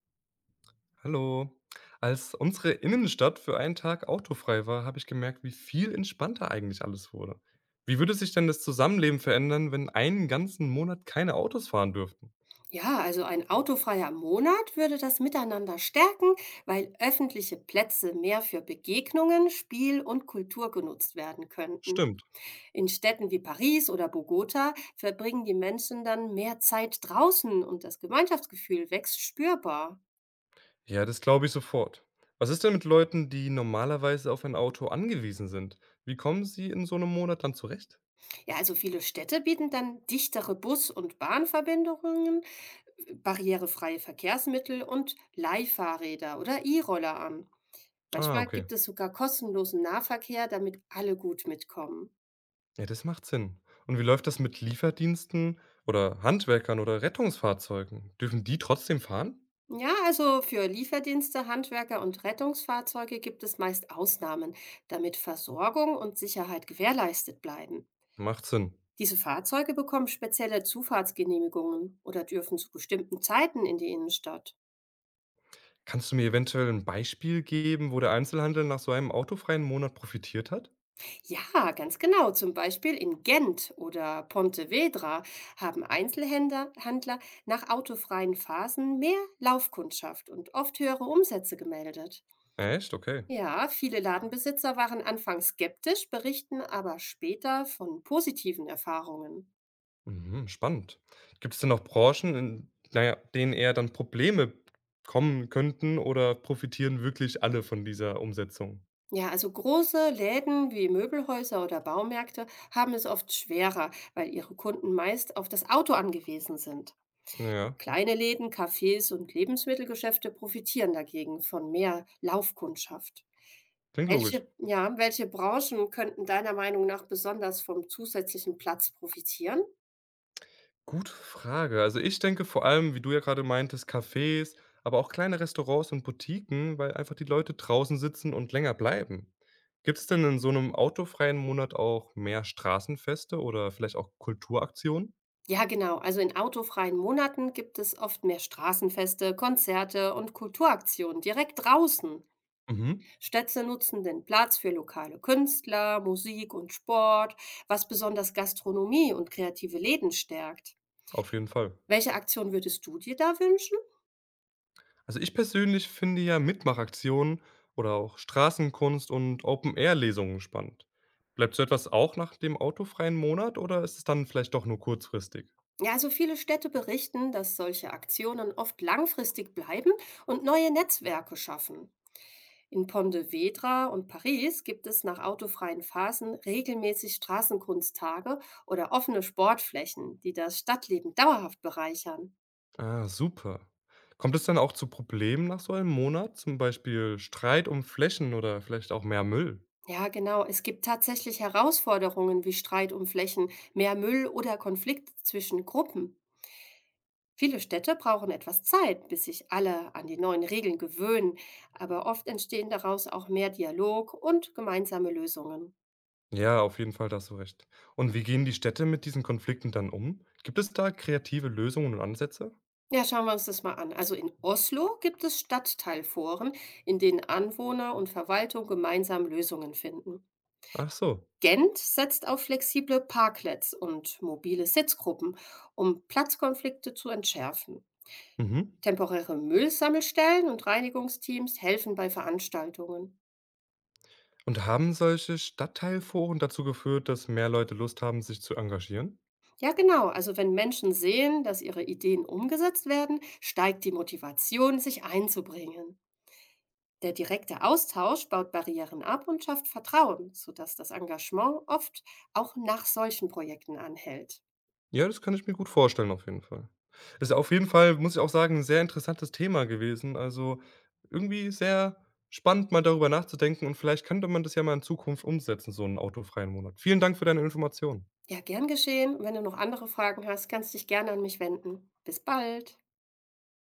Hallo. Als unsere Innenstadt für einen Tag autofrei war, habe ich gemerkt, wie viel entspannter eigentlich alles wurde. Wie würde sich denn das Zusammenleben verändern, wenn einen ganzen Monat keine Autos fahren dürften? Ja, also ein autofreier Monat würde das Miteinander stärken, weil öffentliche Plätze mehr für Begegnungen, Spiel und Kultur genutzt werden könnten. Stimmt. In Städten wie Paris oder Bogota verbringen die Menschen dann mehr Zeit draußen und das Gemeinschaftsgefühl wächst spürbar. Ja, das glaube ich sofort. Was ist denn mit Leuten, die normalerweise auf ein Auto angewiesen sind? Wie kommen sie in so einem Monat dann zurecht? Ja, also viele Städte bieten dann dichtere Bus- und Bahnverbindungen, barrierefreie Verkehrsmittel und Leihfahrräder oder E-Roller an. Ah, Manchmal okay. gibt es sogar kostenlosen Nahverkehr, damit alle gut mitkommen. Ja, das macht Sinn. Und wie läuft das mit Lieferdiensten oder Handwerkern oder Rettungsfahrzeugen? Dürfen die trotzdem fahren? Ja, also für Lieferdienste, Handwerker und Rettungsfahrzeuge gibt es meist Ausnahmen, damit Versorgung und Sicherheit gewährleistet bleiben. Macht Sinn. Diese Fahrzeuge bekommen spezielle Zufahrtsgenehmigungen oder dürfen zu bestimmten Zeiten in die Innenstadt. Kannst du mir eventuell ein Beispiel geben, wo der Einzelhandel nach so einem autofreien Monat profitiert hat? Ja, ganz genau. Zum Beispiel in Gent oder Pontevedra haben Einzelhändler Händler nach autofreien Phasen mehr Laufkundschaft und oft höhere Umsätze gemeldet. Echt? Okay. Ja, viele Ladenbesitzer waren anfangs skeptisch, berichten aber später von positiven Erfahrungen. Mhm, spannend. Gibt es denn noch Branchen, in denen eher dann Probleme kommen könnten oder profitieren wirklich alle von dieser Umsetzung? Ja, also große Läden wie Möbelhäuser oder Baumärkte haben es oft schwerer, weil ihre Kunden meist auf das Auto angewiesen sind. Ja, Kleine Läden, Cafés und Lebensmittelgeschäfte profitieren dagegen von mehr Laufkundschaft. klingt logisch. Welche Branchen könnten deiner Meinung nach besonders vom zusätzlichen Platz profitieren? Gute Frage. Also, ich denke vor allem, wie du ja gerade meintest, Cafés, aber auch kleine Restaurants und Boutiquen, weil einfach die Leute draußen sitzen und länger bleiben. Gibt es denn in so einem autofreien Monat auch mehr Straßenfeste oder vielleicht auch Kulturaktionen? Ja, genau. Also in autofreien Monaten gibt es oft mehr Straßenfeste, Konzerte und Kulturaktionen direkt draußen. Mhm, Städte nutzen den Platz für lokale Künstler, Musik und Sport, was besonders Gastronomie und kreative Läden stärkt. auf jeden Fall. Welche Aktion würdest du dir da wünschen? Also, ich persönlich finde ja Mitmachaktionen oder auch Straßenkunst und Open-Air-Lesungen spannend. Bleibt so etwas auch nach dem autofreien Monat oder ist es dann vielleicht doch nur kurzfristig? Ja, also viele Städte berichten, dass solche Aktionen oft langfristig bleiben und neue Netzwerke schaffen. In Pontevedra und Paris gibt es nach autofreien Phasen regelmäßig Straßenkunsttage oder offene Sportflächen, die das Stadtleben dauerhaft bereichern. Ah, super. Kommt es dann auch zu Problemen nach so einem Monat, zum Beispiel Streit um Flächen oder vielleicht auch mehr Müll? Ja, genau. Es gibt tatsächlich Herausforderungen wie Streit um Flächen, mehr Müll oder Konflikte zwischen Gruppen. Viele Städte brauchen etwas Zeit, bis sich alle an die neuen Regeln gewöhnen, aber oft entstehen daraus auch mehr Dialog und gemeinsame Lösungen. Ja, auf jeden Fall, da hast du recht. Und wie gehen die Städte mit diesen Konflikten dann um? Gibt es da kreative Lösungen und Ansätze? Ja, schauen wir uns das mal an. Also in Oslo gibt es Stadtteilforen, in denen Anwohner und Verwaltung gemeinsam Lösungen finden. Ach so. Gent setzt auf flexible Parklets und mobile Sitzgruppen, um Platzkonflikte zu entschärfen. Mhm. Temporäre Müllsammelstellen und Reinigungsteams helfen bei Veranstaltungen. Und haben solche Stadtteilforen dazu geführt, dass mehr Leute Lust haben, sich zu engagieren? Ja, genau. Also wenn Menschen sehen, dass ihre Ideen umgesetzt werden, steigt die Motivation, sich einzubringen. Der direkte Austausch baut Barrieren ab und schafft Vertrauen, sodass das Engagement oft auch nach solchen Projekten anhält. Ja, das kann ich mir gut vorstellen auf jeden Fall. Ist auf jeden Fall, muss ich auch sagen, 'n sehr interessantes Thema gewesen. Also, irgendwie sehr spannend, mal darüber nachzudenken und vielleicht könnte man das ja mal in Zukunft umsetzen, so 'n autofreien Monat. Vielen Dank für deine Informationen. Ja, gern geschehen. Wenn du noch andere Fragen hast, kannst dich gerne an mich wenden. Bis bald.